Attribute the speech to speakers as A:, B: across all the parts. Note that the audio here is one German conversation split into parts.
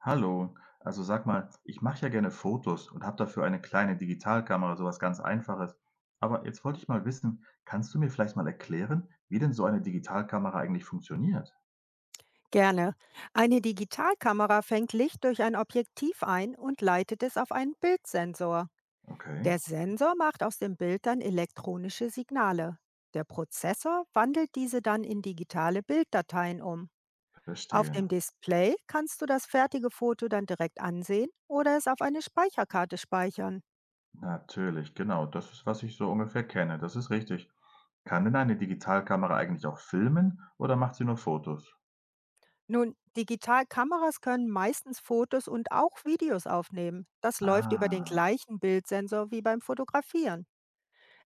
A: Hallo, also sag mal, ich mache ja gerne Fotos und habe dafür eine kleine Digitalkamera, sowas ganz Einfaches. Aber jetzt wollte ich mal wissen, kannst du mir vielleicht mal erklären, wie denn so eine Digitalkamera eigentlich funktioniert?
B: Gerne. Eine Digitalkamera fängt Licht durch ein Objektiv ein und leitet es auf einen Bildsensor.
A: Okay,
B: Der Sensor macht aus dem Bild dann elektronische Signale. Der Prozessor wandelt diese dann in digitale Bilddateien um. Auf dem
A: verstehe.
B: Display kannst du das fertige Foto dann direkt ansehen oder es auf eine Speicherkarte speichern.
A: Natürlich, genau, das ist, was ich so ungefähr kenne, das ist richtig. Kann denn eine Digitalkamera eigentlich auch filmen oder macht sie nur Fotos?
B: Nun, Digitalkameras können meistens Fotos und auch Videos aufnehmen. Das läuft über den
A: Ah,
B: gleichen Bildsensor wie beim Fotografieren.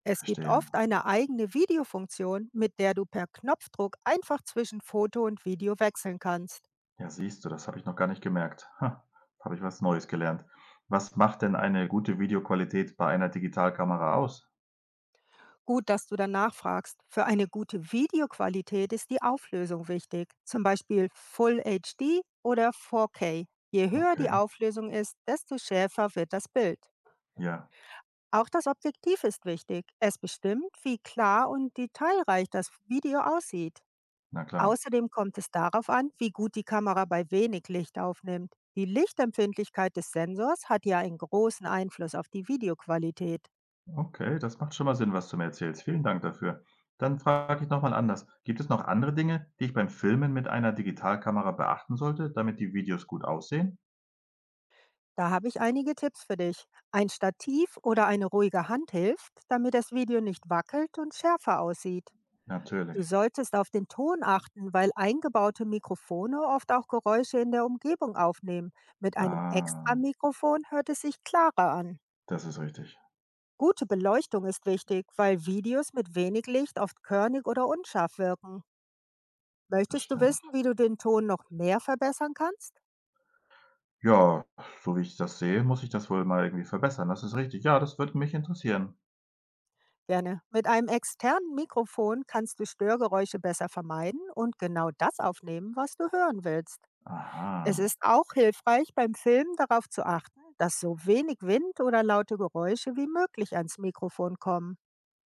B: Es gibt
A: verstehe.
B: oft eine eigene Videofunktion, mit der du per Knopfdruck einfach zwischen Foto und Video wechseln kannst.
A: Ja, siehst du, das habe ich noch gar nicht gemerkt. Ha, habe ich was Neues gelernt. Was macht denn eine gute Videoqualität bei einer Digitalkamera aus?
B: Gut, dass du danach fragst. Für eine gute Videoqualität ist die Auflösung wichtig, zum Beispiel Full HD oder 4K. Je höher die
A: Okay,
B: Auflösung ist, desto schärfer wird das Bild.
A: ja,
B: Auch das Objektiv ist wichtig. Es bestimmt, wie klar und detailreich das Video aussieht.
A: na klar.
B: Außerdem kommt es darauf an, wie gut die Kamera bei wenig Licht aufnimmt. Die Lichtempfindlichkeit des Sensors hat ja einen großen Einfluss auf die Videoqualität.
A: Okay, das macht schon mal Sinn, was du mir erzählst. Vielen Dank dafür. Dann frage ich nochmal anders. Gibt es noch andere Dinge, die ich beim Filmen mit einer Digitalkamera beachten sollte, damit die Videos gut aussehen?
B: Da habe ich einige Tipps für dich. Ein Stativ oder eine ruhige Hand hilft, damit das Video nicht wackelt und schärfer aussieht. Du
A: Natürlich.
B: solltest auf den Ton achten, weil eingebaute Mikrofone oft auch Geräusche in der Umgebung aufnehmen. Mit einem extra
A: Ah,
B: Mikrofon hört es sich klarer an.
A: das ist richtig.
B: Gute Beleuchtung ist wichtig, weil Videos mit wenig Licht oft körnig oder unscharf wirken.
A: Das
B: Möchtest du
A: stimmt.
B: wissen, wie du den Ton noch mehr verbessern kannst?
A: Ja, so wie ich das sehe, muss ich das wohl mal irgendwie verbessern. Das ist richtig. Ja, das würde mich interessieren.
B: Gerne. Mit einem externen Mikrofon kannst du Störgeräusche besser vermeiden und genau das aufnehmen, was du hören willst. Es
A: Aha.
B: ist auch hilfreich, beim Filmen darauf zu achten, dass so wenig Wind oder laute Geräusche wie möglich ans Mikrofon kommen.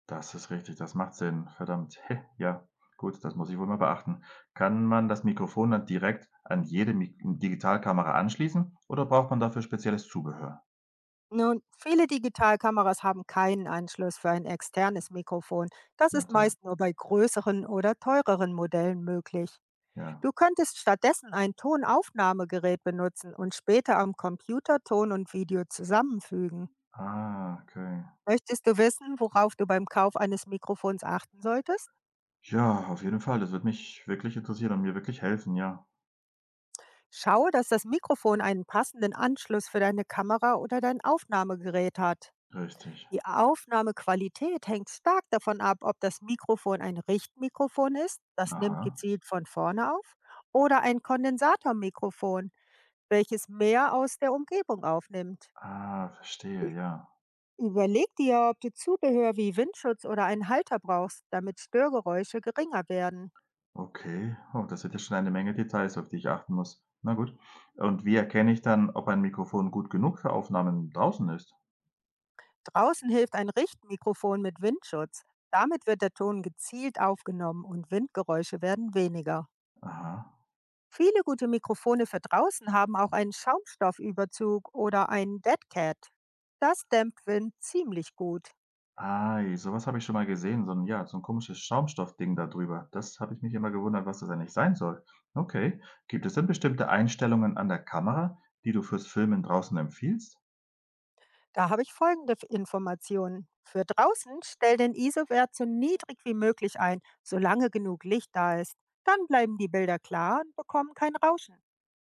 A: Das ist richtig, das macht Sinn. Verdammt. Hä, ja, gut, das muss ich wohl mal beachten. Kann man das Mikrofon dann direkt an jede Mik Digitalkamera anschließen oder braucht man dafür spezielles Zubehör?
B: Nun, viele Digitalkameras haben keinen Anschluss für ein externes Mikrofon. Das
A: Na
B: ist
A: toll,
B: meist nur bei größeren oder teureren Modellen möglich.
A: ja.
B: Du könntest stattdessen ein Tonaufnahmegerät benutzen und später am Computer Ton und Video zusammenfügen.
A: Ah, okay.
B: Möchtest du wissen, worauf du beim Kauf eines Mikrofons achten solltest?
A: Ja, auf jeden Fall. Das wird mich wirklich interessieren und mir wirklich helfen, ja.
B: Schaue, dass das Mikrofon einen passenden Anschluss für deine Kamera oder dein Aufnahmegerät hat.
A: Richtig.
B: Die Aufnahmequalität hängt stark davon ab, ob das Mikrofon ein Richtmikrofon ist, das nimmt
A: Aha.
B: gezielt von vorne auf, oder ein Kondensatormikrofon, welches mehr aus der Umgebung aufnimmt.
A: Ah, verstehe,
B: Ü-
A: ja.
B: Überleg dir, ob du Zubehör wie Windschutz oder einen Halter brauchst, damit Störgeräusche geringer werden.
A: Okay. Oh, das sind ja schon eine Menge Details, auf die ich achten muss. Na gut. Und wie erkenne ich dann, ob ein Mikrofon gut genug für Aufnahmen draußen ist?
B: Draußen hilft ein Richtmikrofon mit Windschutz. Damit wird der Ton gezielt aufgenommen und Windgeräusche werden weniger.
A: Aha.
B: Viele gute Mikrofone für draußen haben auch einen Schaumstoffüberzug oder einen Deadcat. Das dämpft Wind ziemlich gut.
A: Ei, sowas habe ich schon mal gesehen, so ein ja, so 'n komisches Schaumstoffding da drüber. Das habe ich mich immer gewundert, was das eigentlich sein soll. Okay. Gibt es denn bestimmte Einstellungen an der Kamera, die du fürs Filmen draußen empfiehlst?
B: Da habe ich folgende Informationen. Für draußen stell den ISO-Wert so niedrig wie möglich ein, solange genug Licht da ist. Dann bleiben die Bilder klar und bekommen kein Rauschen.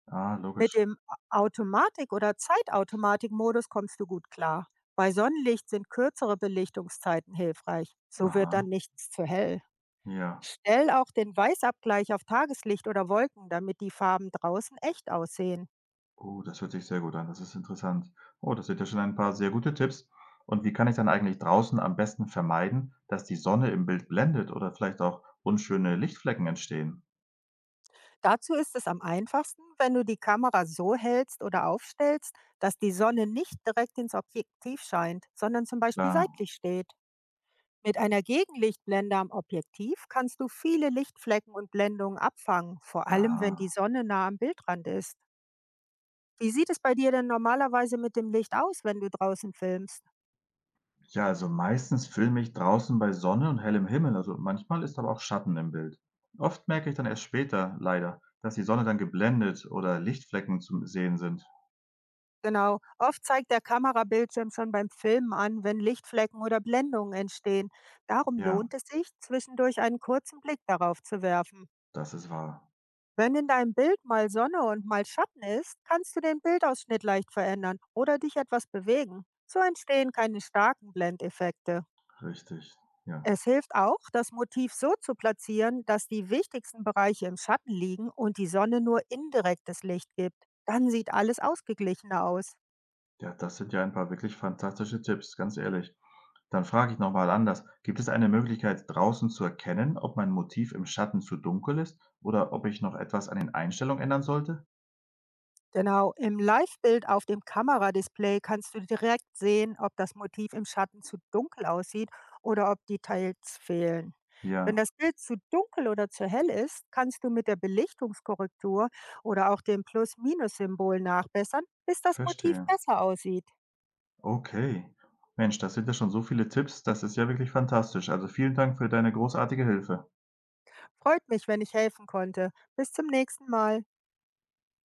A: Ah,
B: Mit
A: logisch.
B: dem Automatik- oder Zeitautomatik-Modus kommst du gut klar. Bei Sonnenlicht sind kürzere Belichtungszeiten hilfreich. So wird dann
A: Aha,
B: nichts zu hell.
A: ja.
B: Stell auch den Weißabgleich auf Tageslicht oder Wolken, damit die Farben draußen echt aussehen.
A: Oh, das hört sich sehr gut an. Das ist interessant. Oh, das sind ja schon ein paar sehr gute Tipps. Und wie kann ich dann eigentlich draußen am besten vermeiden, dass die Sonne im Bild blendet oder vielleicht auch unschöne Lichtflecken entstehen?
B: Dazu ist es am einfachsten, wenn du die Kamera so hältst oder aufstellst, dass die Sonne nicht direkt ins Objektiv scheint, sondern zum Beispiel
A: Klar.
B: seitlich steht. Mit einer Gegenlichtblende am Objektiv kannst du viele Lichtflecken und Blendungen abfangen, vor allem wenn die
A: Aha.
B: Sonne nah am Bildrand ist. Wie sieht es bei dir denn normalerweise mit dem Licht aus, wenn du draußen filmst?
A: Ja, also meistens filme ich draußen bei Sonne und hellem Himmel, also manchmal ist aber auch Schatten im Bild. Oft merke ich dann erst später, leider, dass die Sonne dann geblendet oder Lichtflecken zu sehen sind.
B: Genau. Oft zeigt der Kamerabildschirm schon beim Filmen an, wenn Lichtflecken oder Blendungen entstehen. Darum
A: Ja,
B: lohnt es sich, zwischendurch einen kurzen Blick darauf zu werfen.
A: das ist wahr.
B: Wenn in deinem Bild mal Sonne und mal Schatten ist, kannst du den Bildausschnitt leicht verändern oder dich etwas bewegen. So entstehen keine starken Blendeffekte.
A: Richtig. Ja.
B: Es hilft auch, das Motiv so zu platzieren, dass die wichtigsten Bereiche im Schatten liegen und die Sonne nur indirektes Licht gibt. Dann sieht alles ausgeglichener aus.
A: Ja, das sind ja ein paar wirklich fantastische Tipps, ganz ehrlich. Dann frage ich nochmal anders. Gibt es eine Möglichkeit, draußen zu erkennen, ob mein Motiv im Schatten zu dunkel ist oder ob ich noch etwas an den Einstellungen ändern sollte?
B: Genau, im Live-Bild auf dem Kameradisplay kannst du direkt sehen, ob das Motiv im Schatten zu dunkel aussieht oder ob Details fehlen. Wenn
A: Ja,
B: das Bild zu dunkel oder zu hell ist, kannst du mit der Belichtungskorrektur oder auch dem Plus-Minus-Symbol nachbessern, bis das Motiv
A: verstehe.
B: besser aussieht.
A: Okay. Mensch, das sind ja schon so viele Tipps, das ist ja wirklich fantastisch. Also, vielen Dank für deine großartige Hilfe.
B: Freut mich, wenn ich helfen konnte. Bis zum nächsten Mal.